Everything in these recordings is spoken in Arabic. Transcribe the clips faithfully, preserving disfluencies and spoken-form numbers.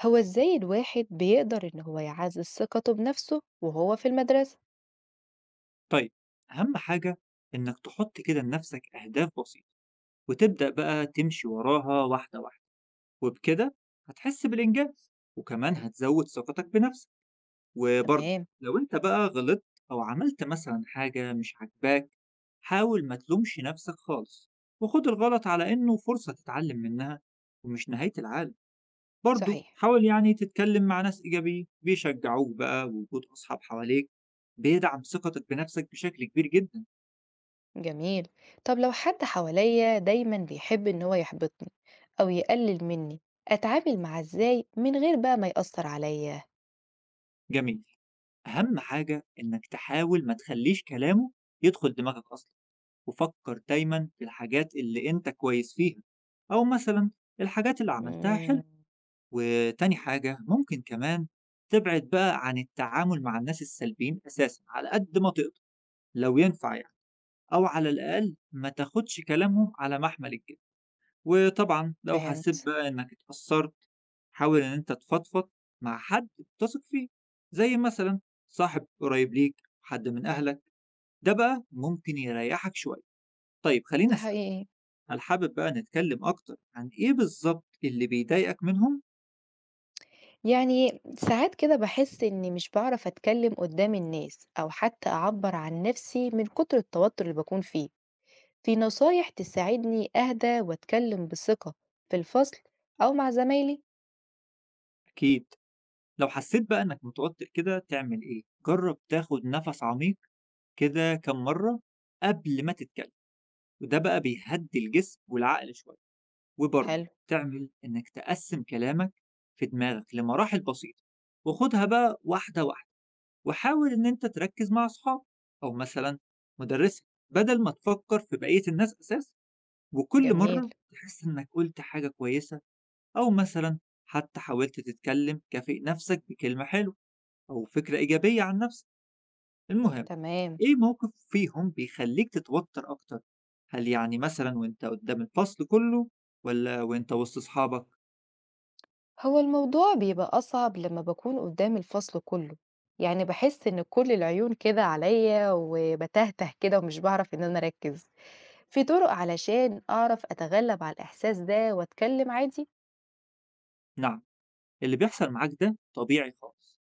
هو إزاي الواحد بيقدر إن هو يعزز ثقته بنفسه وهو في المدرسة؟ طيب، أهم حاجة إنك تحط كده لنفسك أهداف بسيطة، وتبدأ بقى تمشي وراها واحدة واحدة، وبكده هتحس بالإنجاز، وكمان هتزود ثقتك بنفسك. وبرضه تمام. لو أنت بقى غلطت أو عملت مثلا حاجة مش عاجباك، حاول ما تلومش نفسك خالص، وخد الغلط على إنه فرصة تتعلم منها، ومش نهاية العالم. برضه صحيح. حاول يعني تتكلم مع ناس إيجابيين بيشجعوك، بقى وجود أصحاب حواليك بيدعم ثقتك بنفسك بشكل كبير جدا. جميل. طب لو حد حواليا دايما بيحب إن هو يحبطني أو يقلل مني، أتعامل معاه إزاي من غير بقى ما يأثر عليا؟ جميل. أهم حاجة إنك تحاول ما تخلّيش كلامه يدخل دماغك أصلًا، وفكّر دايمًا في الحاجات اللي أنت كويس فيها، أو مثلًا الحاجات اللي عملتها حلو. مم، وتاني حاجة ممكن كمان تبعد بقى عن التعامل مع الناس السلبيين أساسًا على قد ما تقدر لو ينفع يعني، أو على الأقل ما تاخدش كلامهم على محمل الجد. وطبعًا لو حسيت فهمت. بقى إنك اتأثّرت، حاول إن أنت تفضفض مع حد بتثق فيه، زي مثلًا صاحب قريب ليك، حد من أهلك، ده بقى ممكن يريّحك شوية. طيب خلّيني ده أسألك، حقيقي. هل حابب بقى نتكلم أكتر عن إيه بالضبط اللي بيضايقك منهم؟ يعني ساعات كده بحس إني مش بعرف أتكلم قدام الناس أو حتى أعبر عن نفسي من كتر التوتر اللي بكون فيه. في نصايح تساعدني أهدى وأتكلم بثقة في الفصل أو مع زمايلي؟ أكيد، لو حسيت بقى إنك متوتر كده تعمل إيه؟ جرّب تاخد نفس عميق كده كام مرّة قبل ما تتكلم، وده بقى بيهدّي الجسم والعقل شوية. وبرضه حلو. تعمل إنك تقسم كلامك في دماغك لمراحل بسيطة، وخدها بقى واحدة واحدة، وحاول إن أنت تركز مع أصحابك أو مثلا مدرسك، بدل ما تفكر في بقية الناس أساس. وكل جميل. مرة تحس إنك قلت حاجة كويسة، أو مثلا حتى حاولت تتكلم، كافئ نفسك بكلمة حلوة أو فكرة إيجابية عن نفسك. المهم، تمام. إيه موقف فيهم بيخليك تتوتر أكتر؟ هل يعني مثلا وأنت قدام الفصل كله، ولا وأنت وسط أصحابك؟ هو الموضوع بيبقى أصعب لما بكون قدام الفصل كله، يعني بحس إن كل العيون كده عليا وبتهته كده ومش بعرف إن أنا أركز. في طرق علشان أعرف أتغلب على الإحساس ده وأتكلم عادي؟ نعم، اللي بيحصل معاك ده طبيعي خالص.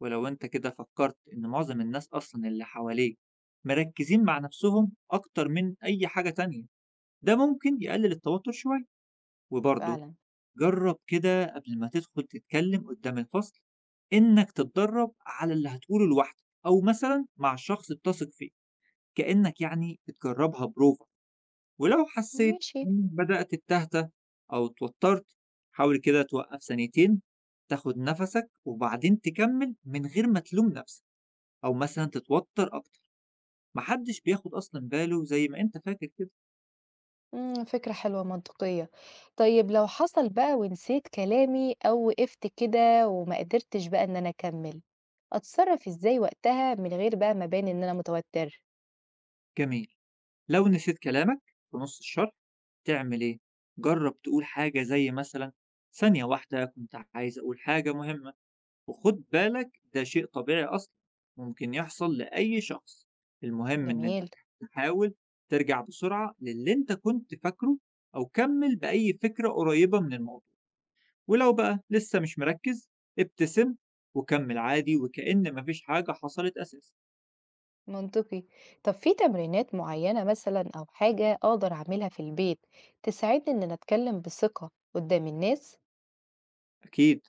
ولو انت كده فكرت ان معظم الناس اصلا اللي حواليك مركزين مع نفسهم اكتر من اي حاجة تانية، ده ممكن يقلل التوتر شوية. وبرضه فعلا. جرب كده قبل ما تدخل تتكلم قدام الفصل، انك تتدرب على اللي هتقوله لوحدك او مثلا مع شخص بتثق فيه، كأنك يعني بتجربها بروفا. ولو حسيت ماشي. إنك بدأت تتهته أو اتوترت، حاول كده توقف ثانيتين، تاخد نفسك وبعدين تكمل من غير ما تلوم نفسك أو مثلا تتوتر أكتر. محدش بياخد أصلا باله زي ما أنت فاكر كده. إمم، فكرة حلوة منطقية. طيب لو حصل بقى ونسيت كلامي أو وقفت كده وما قدرتش بقى إن أنا أكمّل، أتصرّف إزاي وقتها من غير بقى ما أبان إن أنا متوتر؟ جميل، لو نسيت كلامك في نص الشرح تعمل إيه؟ جرب تقول حاجة زي مثلا: ثانية واحدة، كنت عايز أقول حاجة مهمة. وخد بالك ده شيء طبيعي أصلا، ممكن يحصل لأي شخص. المهم إن أنت جميل. تحاول ترجع بسرعة للي أنت كنت فاكره، أو كمل بأي فكرة قريبة من الموضوع. ولو بقى لسه مش مركز، ابتسم وكمل عادي وكأن مفيش حاجة حصلت أساسا. منطقي. طب في تمرينات معيّنة مثلًا أو حاجة أقدر أعملها في البيت تساعدني إن أنا أتكلّم بثقة قدّام الناس؟ أكيد،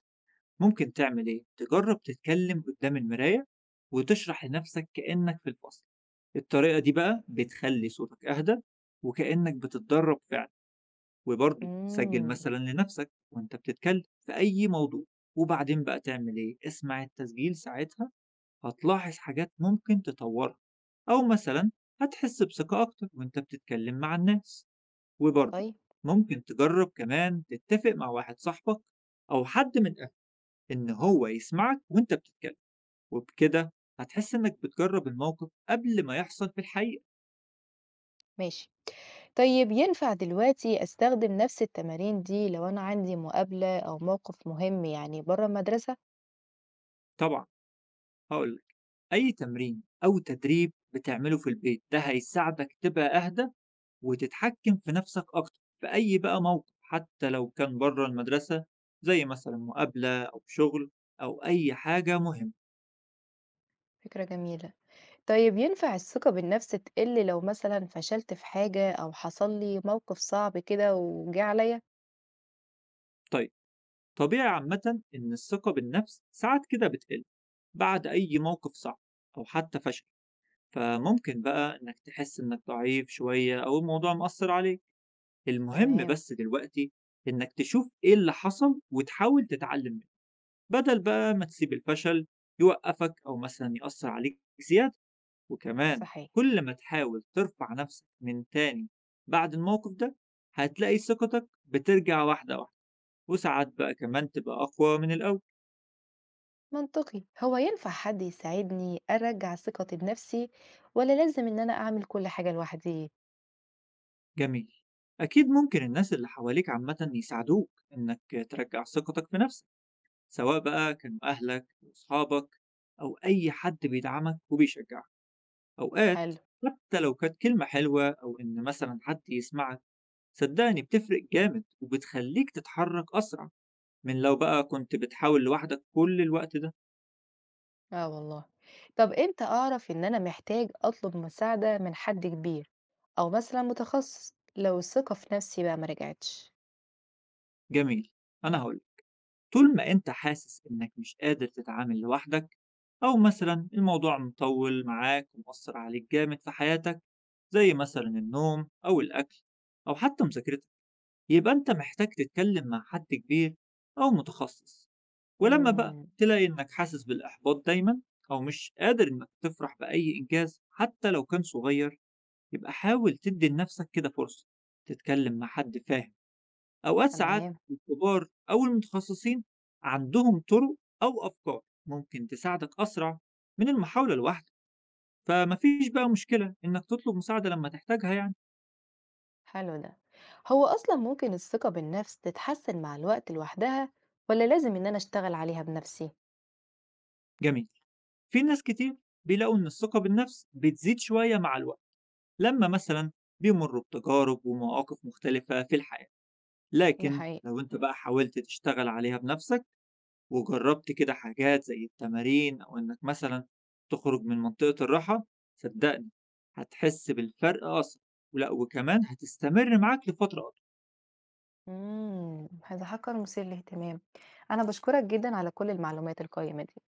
ممكن تعمل إيه؟ تجرب تتكلم قدام المراية وتشرح لنفسك كأنك في الفصل. الطريقة دي بقى بتخلي صوتك أهدى، وكأنك بتتدرب فعلا. وبرضه سجل إمم، مثلا لنفسك وانت بتتكلم في أي موضوع، وبعدين بقى تعمل إيه؟ اسمع التسجيل ساعتها، هتلاحظ حاجات ممكن تطورها، أو مثلا هتحس بثقة أكتر وانت بتتكلم مع الناس. وبرضه طيب. ممكن تجرب كمان تتفق مع واحد صاحبك أو حد من أهلك إن هو يسمعك وانت بتتكلم، وبكده هتحس إنك بتجرب الموقف قبل ما يحصل في الحقيقة. ماشي. طيب ينفع دلوقتي أستخدم نَفْس التمارين دي لو أنا عندي مقابلة أو موقف مهم يعني برّه المدرسة؟ طبعا، هقول أي تمرين أو تدريب بتعمله في البيت ده هيساعدك تبقى أهدى، وتتحكم في نفسك أكتر في أي بقى موقف، حتى لو كان بره المدرسة، زي مثلا مقابلة أو شغل، أو أي حاجة مهمة. فكرة جميلة. طيب ينفع الثقة بالنفس تقل لو مثلا فشلت في حاجة أو حصل لي موقف صعب كده وجه عليا؟ طيب، طبيعي عامة إن الثقة بالنفس ساعات كده بتقل بعد أي موقف صعب أو حتى فشل. فممكن بقى إنك تحس إنك ضعيف شوية أو الموضوع مأثر عليك. المهم تمام. بس دلوقتي إنك تشوف إيه اللي حصل وتحاول تتعلم منه، بدل بقى ما تسيب الفشل يوقفك أو مثلا يأثر عليك زيادة. وكمان صحيح. كل ما تحاول ترفع نفسك من تاني بعد الموقف ده، هتلاقي ثقتك بترجع واحدة واحدة، وساعات بقى كمان تبقى أقوى من الأول. منطقي. هو ينفع حد يساعدني أرجع ثقتي بنفسي، ولا لازم إن أنا أعمل كل حاجة لوحدي؟ جميل، أكيد ممكن الناس اللي حواليك عامة يساعدوك إنك ترجع ثقتك في نفسك، سواء بقى كانوا أهلك وأصحابك، أو أي حد بيدعمك وبيشجعك. أوقات حلو. حتى لو كانت كلمة حلوة أو إن مثلا حد يسمعك، صدقني بتفرق جامد وبتخليك تتحرك أسرع من لو بقى كنت بتحاول لوحدك كل الوقت ده. آه والله. طب إمتى أعرف إن أنا محتاج أطلب مساعدة من حد كبير أو مثلا متخصص لو الثقة في نفسي بقى ما رجعتش؟ جميل، أنا هقول طول ما أنت حاسس إنك مش قادر تتعامل لوحدك، أو مثلا الموضوع مطول معاك ومؤثر عليك جامد في حياتك، زي مثلا النوم أو الأكل أو حتى مذاكرتك، يبقى أنت محتاج تتكلم مع حد كبير أو متخصص. ولما بقى امم تلاقي إنك حاسس بالإحباط دايما، أو مش قادر إنك تفرح بأي إنجاز حتى لو كان صغير، يبقى حاول تدّي لنفسك كده فرصة، تتكلم مع حد فاهم. أوقات ساعات تمام. الكبار أو المتخصصين عندهم طرق أو أفكار ممكن تساعدك أسرع من المحاولة لوحدك، فما فيش بقى مشكلة إنك تطلب مساعدة لمّا تحتاجها يعني. حلو ده. هو أصلا ممكن الثقة بالنفس تتحسن مع الوقت لوحدها، ولا لازم إن أنا أشتغل عليها بنفسي؟ جميل، في ناس كتير بيلاقوا إن الثقة بالنفس بتزيد شوية مع الوقت، لمّا مثلًا بيمرّوا بتجارب ومواقف مختلفة في الحياة. ده لكن حقيقي. لو أنت بقى حاولت تشتغل عليها بنفسك، وجربت كده حاجات زي التمارين أو إنك مثلًا تخرج من منطقة الراحة، صدقني هتحس بالفرق أسرع، ولأ وكمان هتستمر معاك لفترة أطول. امم، هذا حقا مثير للاهتمام. انا بشكرك جدا على كل المعلومات القيمة دي.